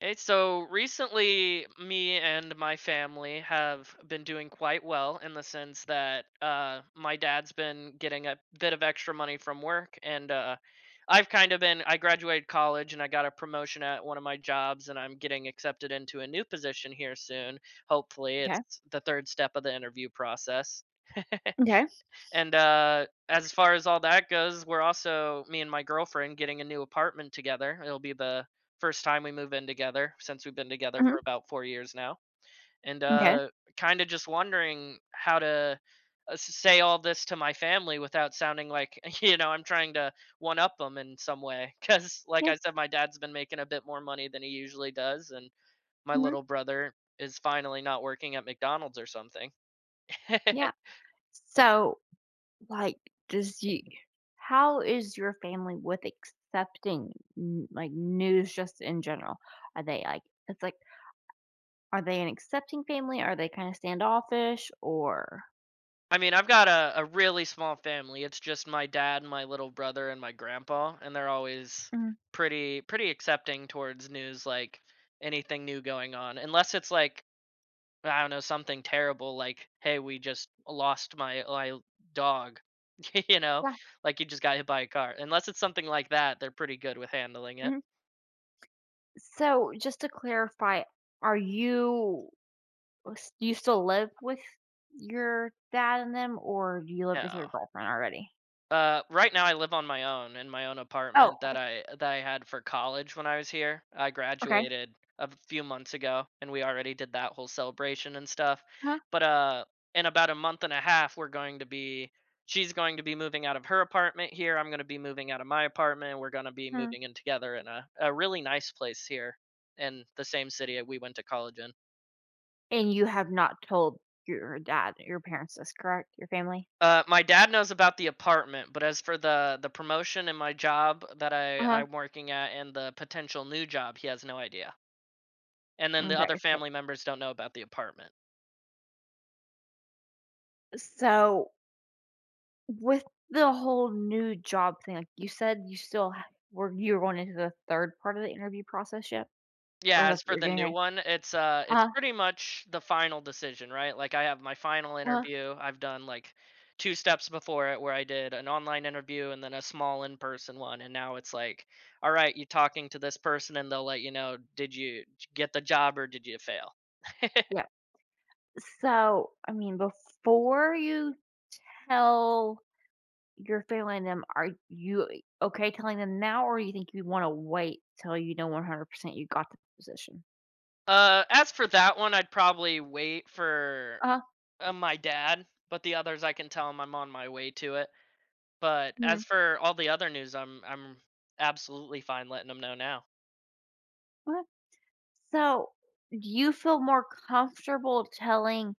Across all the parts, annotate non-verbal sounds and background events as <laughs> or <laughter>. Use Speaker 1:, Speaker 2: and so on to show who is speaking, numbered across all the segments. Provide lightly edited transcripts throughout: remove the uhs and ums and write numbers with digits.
Speaker 1: Hey, so recently, me and my family have been doing quite well in the sense that my dad's been getting a bit of extra money from work, and I've kind of been. I graduated college and I got a promotion at one of my jobs, and I'm getting accepted into a new position here soon. Hopefully, it's
Speaker 2: Okay.
Speaker 1: the third step of the interview process. <laughs>
Speaker 2: Okay.
Speaker 1: And as far as all that goes, we're also me and my girlfriend getting a new apartment together. It'll be the first time we move in together since we've been together
Speaker 2: Mhm.
Speaker 1: for about 4 years now. And
Speaker 2: Okay.
Speaker 1: kind of just wondering how to say all this to my family without sounding like <laughs> I'm trying to one up them in some way. Because like
Speaker 2: Yeah.
Speaker 1: I said, my dad's been making a bit more money than he usually does, and my
Speaker 2: Mhm.
Speaker 1: little brother is finally not working at McDonald's or something.
Speaker 2: Yeah.
Speaker 1: <laughs>
Speaker 2: So, like, does you how is your family with accepting like news just in general? Are they like it's like are they an accepting family? Are they kind of standoffish or
Speaker 1: I mean, I've got a really small family. It's just my dad, my little brother, and my grandpa, and they're always
Speaker 2: mhm,
Speaker 1: pretty accepting towards news like anything new going on, unless it's like I don't know something terrible like hey, we just lost my dog, <laughs> you know,
Speaker 2: yeah.
Speaker 1: like you just got hit by a car. Unless it's something like that, they're pretty good with handling it.
Speaker 2: Mhm. So, just to clarify, are you do you still live with your dad and them, or do you live with your
Speaker 1: No.
Speaker 2: girlfriend already?
Speaker 1: Right now I live on my own in my own
Speaker 2: Oh,
Speaker 1: apartment that I had for college when I was here. I
Speaker 2: okay.
Speaker 1: graduated a few months ago and we already did that whole celebration and stuff.
Speaker 2: Huh?
Speaker 1: But in about a month and a half we're going to be she's going to be moving out of her apartment here. I'm going to be moving out of my apartment. We're going to be moving in together in a really nice place here in the same city we went to college in.
Speaker 2: And you have not told your dad, your parents this, correct? Your family?
Speaker 1: My dad knows about the apartment, but as for the promotion and my job that I
Speaker 2: Uh-huh.
Speaker 1: I'm working at and the potential new job, he has no idea. And then the other
Speaker 2: Okay, so,
Speaker 1: family members don't know about the apartment.
Speaker 2: so with the whole new job thing, like you said, you still ha were you were going into the 3rd part of the interview process yet? Or
Speaker 1: Yeah,
Speaker 2: that's
Speaker 1: as
Speaker 2: what
Speaker 1: for
Speaker 2: you're
Speaker 1: the
Speaker 2: getting
Speaker 1: new
Speaker 2: ready.
Speaker 1: one, it's
Speaker 2: Uh-huh,
Speaker 1: pretty much the final decision, right? Like I have my final
Speaker 2: uh
Speaker 1: interview. I've done like two steps before it where I did an online interview and then a small in-person one and now it's like, all right, you talking to this person and they'll let you know did you get the job or did you fail? <laughs>
Speaker 2: yeah. So, I mean, before you tell your family and them, are you okay telling them now, or you think you wanna wait till you know 100% you got the position?
Speaker 1: As for that one, I'd probably wait for
Speaker 2: Uh-huh,
Speaker 1: my dad, but the others I can tell him I'm on my way to it. But as for all the other news, I'm absolutely fine letting him know now.
Speaker 2: mhm. So, do you feel more comfortable telling,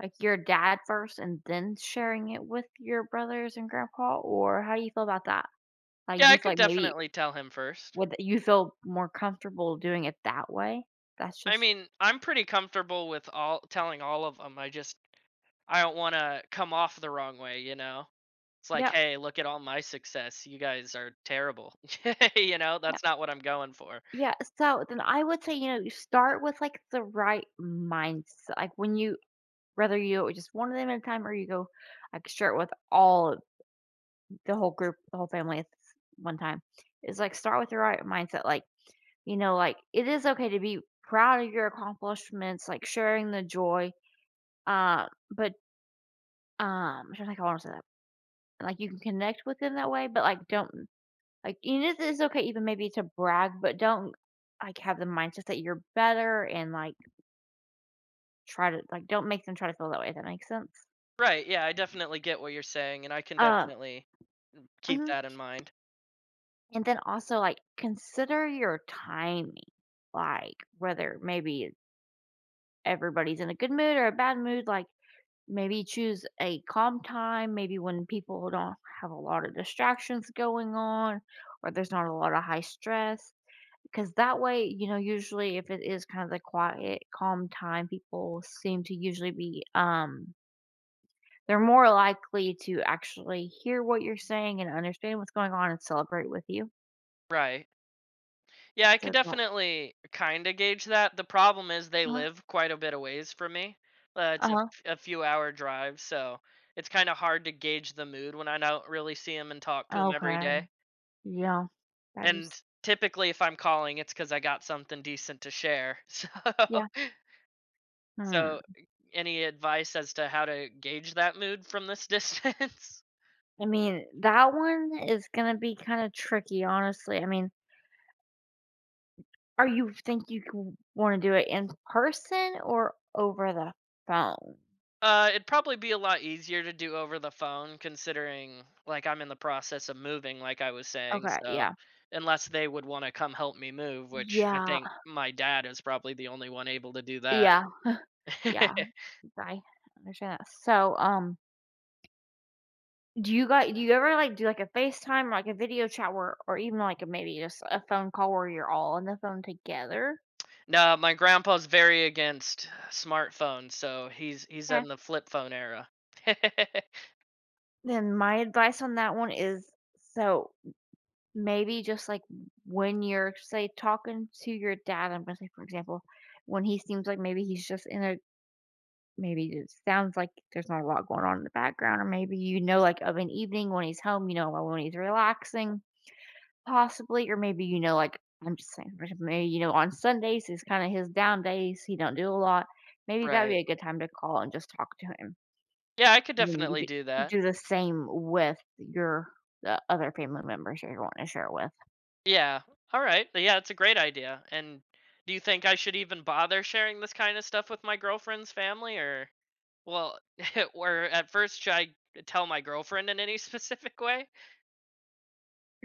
Speaker 2: like, your dad first and then sharing it with your brothers and grandpa? Or how do you feel about that? Like,
Speaker 1: Yeah,
Speaker 2: do
Speaker 1: I
Speaker 2: you feel
Speaker 1: could
Speaker 2: like maybe
Speaker 1: definitely tell him first.
Speaker 2: would you feel more comfortable doing it that way? That's
Speaker 1: I
Speaker 2: just
Speaker 1: mean, I'm pretty comfortable with all telling all of them. I just I don't want to come off the wrong way, you know. It's like,
Speaker 2: yeah,
Speaker 1: hey, look at all my success. You guys are terrible. <laughs> you know,
Speaker 2: yeah.
Speaker 1: that's not what I'm going for.
Speaker 2: Yeah. So then I would say, you know, you start with like the right mindset. Like when you whether you do it just one of them at a time, or you go like share it with all the whole group, the whole family at one time. Is like start with the right mindset. Like, you know, like, it is okay to be proud of your accomplishments, like, sharing the joy, but, should I want to say that? Like, you can connect with them that way, but, like, don't like, you know, it's okay even maybe to brag, but don't, like, have the mindset that you're better and, like, try to like, don't make them try to feel that way, if that makes sense?
Speaker 1: Right? Yeah, I definitely get what you're saying, and I can
Speaker 2: Um
Speaker 1: definitely keep
Speaker 2: mhm,
Speaker 1: that in mind.
Speaker 2: and then also, like, consider your timing, like, whether maybe everybody's in a good mood or a bad mood, like maybe choose a calm time, maybe when people don't have a lot of distractions going on, or there's not a lot of high stress. Because that way, you know, usually if it is kind of the quiet, calm time, people seem to usually be, they're more likely to actually hear what you're saying and understand what's going on and celebrate with you.
Speaker 1: Right. Yeah, I could
Speaker 2: So that,
Speaker 1: definitely kind of gauge that. The problem is they live quite a bit of ways from me.
Speaker 2: uh
Speaker 1: It's
Speaker 2: huh.
Speaker 1: a few hour drive, so it's kind of hard to gauge the mood when I don't really see them and talk to them every
Speaker 2: Okay.
Speaker 1: day.
Speaker 2: Yeah. That
Speaker 1: And
Speaker 2: is,
Speaker 1: typically, if I'm calling, it's because I got something decent to share. <laughs> So,
Speaker 2: yeah. Hmm.
Speaker 1: so any advice as to how to gauge that mood from this <laughs> distance?
Speaker 2: I mean, that one is going to be kind of tricky, honestly. I mean, are you think you wanna do it in person or over the phone?
Speaker 1: It'd probably be a lot easier to do over the phone considering like I'm in the process of moving like I was saying,
Speaker 2: Okay,
Speaker 1: so
Speaker 2: yeah.
Speaker 1: unless they would want to come help me move, which I
Speaker 2: Yeah,
Speaker 1: think my dad is probably the only one able to do that.
Speaker 2: yeah,
Speaker 1: <laughs>
Speaker 2: yeah, I understand that. So, do you ever, like, do, like, a FaceTime, or like, a video chat where or even, like, a, maybe just a phone call where you're all on the phone together?
Speaker 1: No, my grandpa's very against smartphones, so he's
Speaker 2: Okay.
Speaker 1: in the flip phone era. <laughs>
Speaker 2: Then my advice on that one is, so, maybe just, like, when you're, say, talking to your dad, I'm gonna say, for example, when he seems like maybe he's just in a maybe it sounds like there's not a lot going on in the background, or maybe, you know, like, of an evening when he's home, you know, or when he's relaxing, possibly, or maybe, you know, like, I'm just saying, or maybe, you know, on Sundays is kinda his down days, he don't do a lot. Maybe that'd
Speaker 1: Right.
Speaker 2: be a good time to call and just talk to him,
Speaker 1: Yeah, I could
Speaker 2: and then you
Speaker 1: definitely
Speaker 2: could
Speaker 1: do that.
Speaker 2: do the same with your the other family members you're wanting to share with.
Speaker 1: Yeah. All right. Yeah, it's a great idea. And do you think I should even bother sharing this kind of stuff with my girlfriend's family or well, <laughs> or at first should I tell my girlfriend in any <laughs> specific way?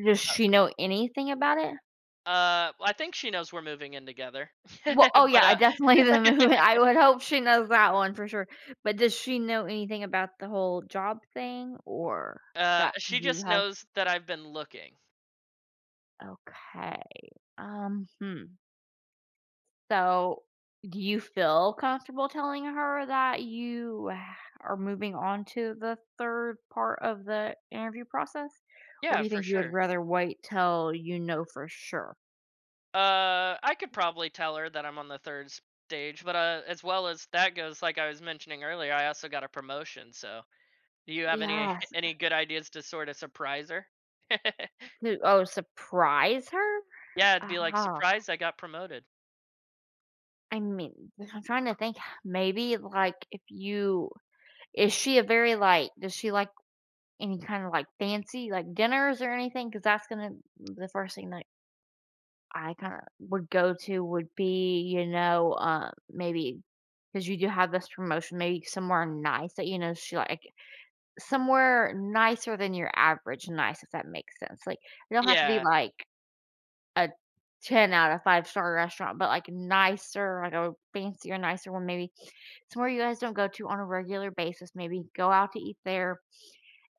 Speaker 2: Does she know anything about it?
Speaker 1: I think she knows we're moving in together. <laughs>
Speaker 2: Well, oh
Speaker 1: But
Speaker 2: yeah, definitely <laughs> the movie. I would hope she knows that one for sure. But does she know anything about the whole job thing, or that
Speaker 1: she
Speaker 2: you
Speaker 1: just
Speaker 2: have
Speaker 1: knows that I've been looking.
Speaker 2: okay. Um, hmm. So, do you feel comfortable telling her that you are moving on to the 3rd part of the interview process? Or do
Speaker 1: Yeah,
Speaker 2: you
Speaker 1: for
Speaker 2: think you would
Speaker 1: sure.
Speaker 2: rather wait till you know for sure?
Speaker 1: Uh, I could probably tell her that I'm on the third stage, but as well as that goes, like I was mentioning earlier, I also got a promotion, so do you have any
Speaker 2: Yeah,
Speaker 1: <laughs> any good ideas to sort of surprise her? <laughs>
Speaker 2: to oh, surprise her?
Speaker 1: Yeah, it'd be like,
Speaker 2: Aha.
Speaker 1: "Surprise, I got promoted."
Speaker 2: I mean, I'm trying to think, maybe, like, if you is she a very, like, does she like any kind of, like, fancy, like, dinners or anything? Because that's gonna mm, the first thing that I kinda would go to would be, you know, maybe because you do have this promotion, maybe somewhere nice that, you know, she like somewhere nicer than your average nice, if that makes sense. Like, it don't have to be,
Speaker 1: Yeah,
Speaker 2: like, a 10 out of 5-star restaurant, but, like, nicer, like, a fancier, nicer one, maybe somewhere you guys don't go to on a regular basis, maybe go out to eat there,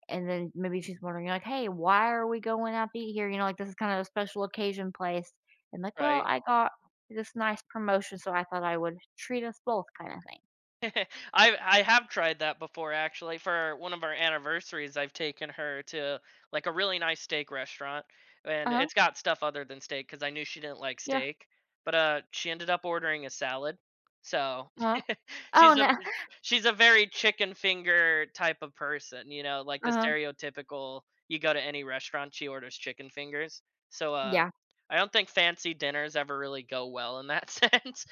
Speaker 2: and then maybe she's wondering like, "Hey, why are we going out to eat here?" You know, like, "This is kind of a special occasion place." And like, "Well,
Speaker 1: right.
Speaker 2: I got this nice promotion, so I thought I would treat us both," kinda thing.
Speaker 1: <laughs> I have tried that before actually. For one of our anniversaries, I've taken her to like a really nice steak restaurant and
Speaker 2: Uh-huh.
Speaker 1: it's got stuff other than steak cuz I knew she didn't like
Speaker 2: Yeah.
Speaker 1: steak. But she ended up ordering a salad. So
Speaker 2: Uh-huh.
Speaker 1: <laughs>
Speaker 2: Oh,
Speaker 1: she's
Speaker 2: no.
Speaker 1: a
Speaker 2: <laughs>
Speaker 1: she's a very chicken finger type of person, you know, like the
Speaker 2: Uh-huh.
Speaker 1: stereotypical you go to any restaurant, she orders chicken fingers. So
Speaker 2: Yeah.
Speaker 1: I don't think fancy dinners ever really go well in that <laughs> sense.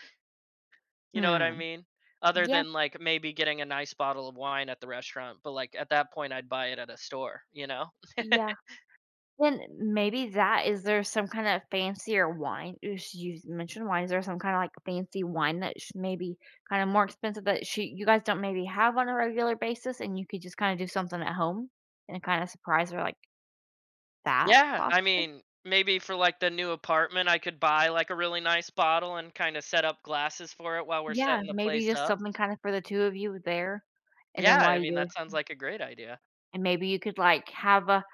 Speaker 1: You know what I
Speaker 2: Hmm.
Speaker 1: mean? Other
Speaker 2: Yeah.
Speaker 1: than, like, maybe getting a nice bottle of wine at the restaurant, but, like, at that point, I'd buy it at a store, you know?
Speaker 2: Yeah. Then maybe that is there some kind of fancier wine you s you mentioned wine, is there some kinda, like, fancy wine that maybe kinda more expensive that she you guys don't maybe have on a regular basis, and you could just kinda do something at home and kinda surprise her like that,
Speaker 1: Yeah, I
Speaker 2: possibly?
Speaker 1: mean, maybe for, like, the new apartment, I could buy, like, a really nice bottle and kinda set up glasses for it while we're
Speaker 2: Yeah,
Speaker 1: setting the
Speaker 2: maybe
Speaker 1: place
Speaker 2: just
Speaker 1: up.
Speaker 2: something kinda for the 2 of you there, and
Speaker 1: Yeah,
Speaker 2: then
Speaker 1: I
Speaker 2: while
Speaker 1: mean,
Speaker 2: you're
Speaker 1: that sounds like a great idea.
Speaker 2: and maybe you could, like, have a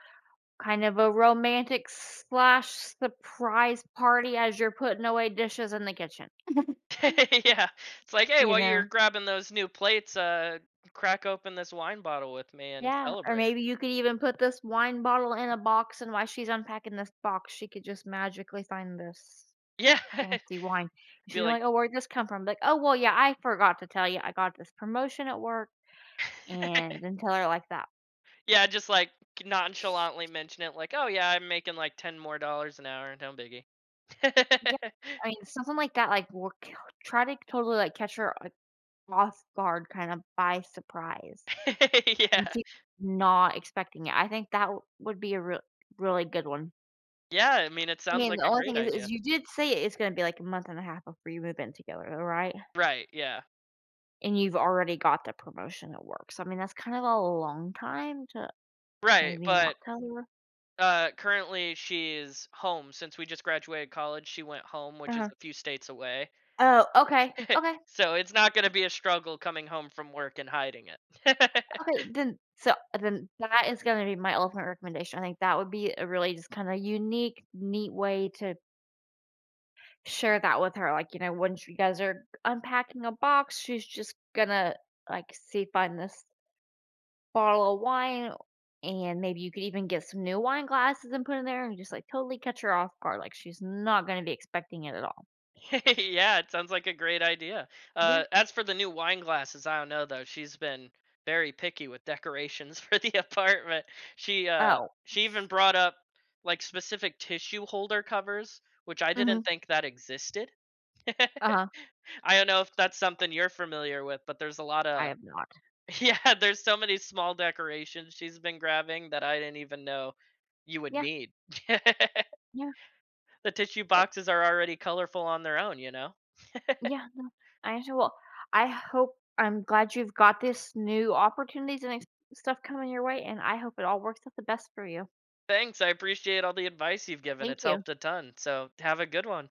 Speaker 2: kind of a romantic/surprise slash surprise party as you're putting away dishes in the kitchen, <laughs>
Speaker 1: <laughs> Yeah, it's like, "Hey,
Speaker 2: you
Speaker 1: while
Speaker 2: know?
Speaker 1: you're grabbing those new plates, crack open this wine bottle with me and
Speaker 2: Yeah, or
Speaker 1: celebrate."
Speaker 2: maybe you could even put this wine bottle in a box, and while she's unpacking this box, she could just magically find this
Speaker 1: Yeah,
Speaker 2: fancy wine.
Speaker 1: <laughs> be
Speaker 2: She's gonna
Speaker 1: like
Speaker 2: be like, "Oh, where'd this come from?" Like, "Oh, well, yeah, I forgot to tell you, I got this promotion at work," and
Speaker 1: <laughs>
Speaker 2: then tell her like that.
Speaker 1: Yeah, just like nonchalantly mention it, like, "Oh yeah, I'm making like 10 more dollars an hour. No biggie."
Speaker 2: Yeah,
Speaker 1: <laughs>
Speaker 2: I mean, something like that, like, try to totally like catch her like, off guard, kind of by surprise when
Speaker 1: yeah,
Speaker 2: she's not expecting it. I think that would be a real, really good one.
Speaker 1: yeah. I mean, it
Speaker 2: I
Speaker 1: sounds
Speaker 2: mean,
Speaker 1: like
Speaker 2: the
Speaker 1: a
Speaker 2: only thing
Speaker 1: great idea.
Speaker 2: is you did say it's gonna be, like, a month and a half before you move in together, right?
Speaker 1: Right. Yeah.
Speaker 2: And you've already got the promotion at work, so, I mean, that's kind of a long time to
Speaker 1: Right.
Speaker 2: maybe not
Speaker 1: But
Speaker 2: tell her.
Speaker 1: currently, she's home since we just graduated college. She went home, which is
Speaker 2: Uh-huh.
Speaker 1: a few states away,
Speaker 2: Oh, okay, okay,
Speaker 1: so it's not going to be a struggle coming home from work and hiding it. <laughs>
Speaker 2: okay, then so then that is gonna be my ultimate recommendation. I think that would be a really just kinda unique, neat way to share that with her, like, you know, once you guys are unpacking a box, she's just gonna, like, see find this bottle of wine, and maybe you could even get some new wine glasses and put in there, and just, like, totally catch her off guard, like, she's not gonna be expecting it at all.
Speaker 1: <laughs> Yeah, it sounds like a great idea.
Speaker 2: Yeah.
Speaker 1: As for the new wine glasses, I don't know though. She's been very picky with decorations <laughs> for the apartment. She uh,
Speaker 2: Oh,
Speaker 1: she even brought up like specific tissue holder covers, which I didn't
Speaker 2: mhm,
Speaker 1: think that existed. <laughs>
Speaker 2: uh-huh,
Speaker 1: I don't know if that's something you're familiar with, but there's a lot
Speaker 2: I
Speaker 1: of
Speaker 2: have not.
Speaker 1: <laughs> yeah, there's so many small decorations she's been grabbing that I didn't even know you would
Speaker 2: Yeah,
Speaker 1: need. <laughs>
Speaker 2: yeah,
Speaker 1: The tissue
Speaker 2: eh
Speaker 1: boxes are already colorful on their own, you know.
Speaker 2: yeah, I understand, well, I'm glad you've got this new opportunities and ex stuff coming your way, and I hope it all works out the best for you.
Speaker 1: Thanks. I appreciate all the advice you've given.
Speaker 2: Thank
Speaker 1: It's
Speaker 2: you.
Speaker 1: helped a ton. So have a good one.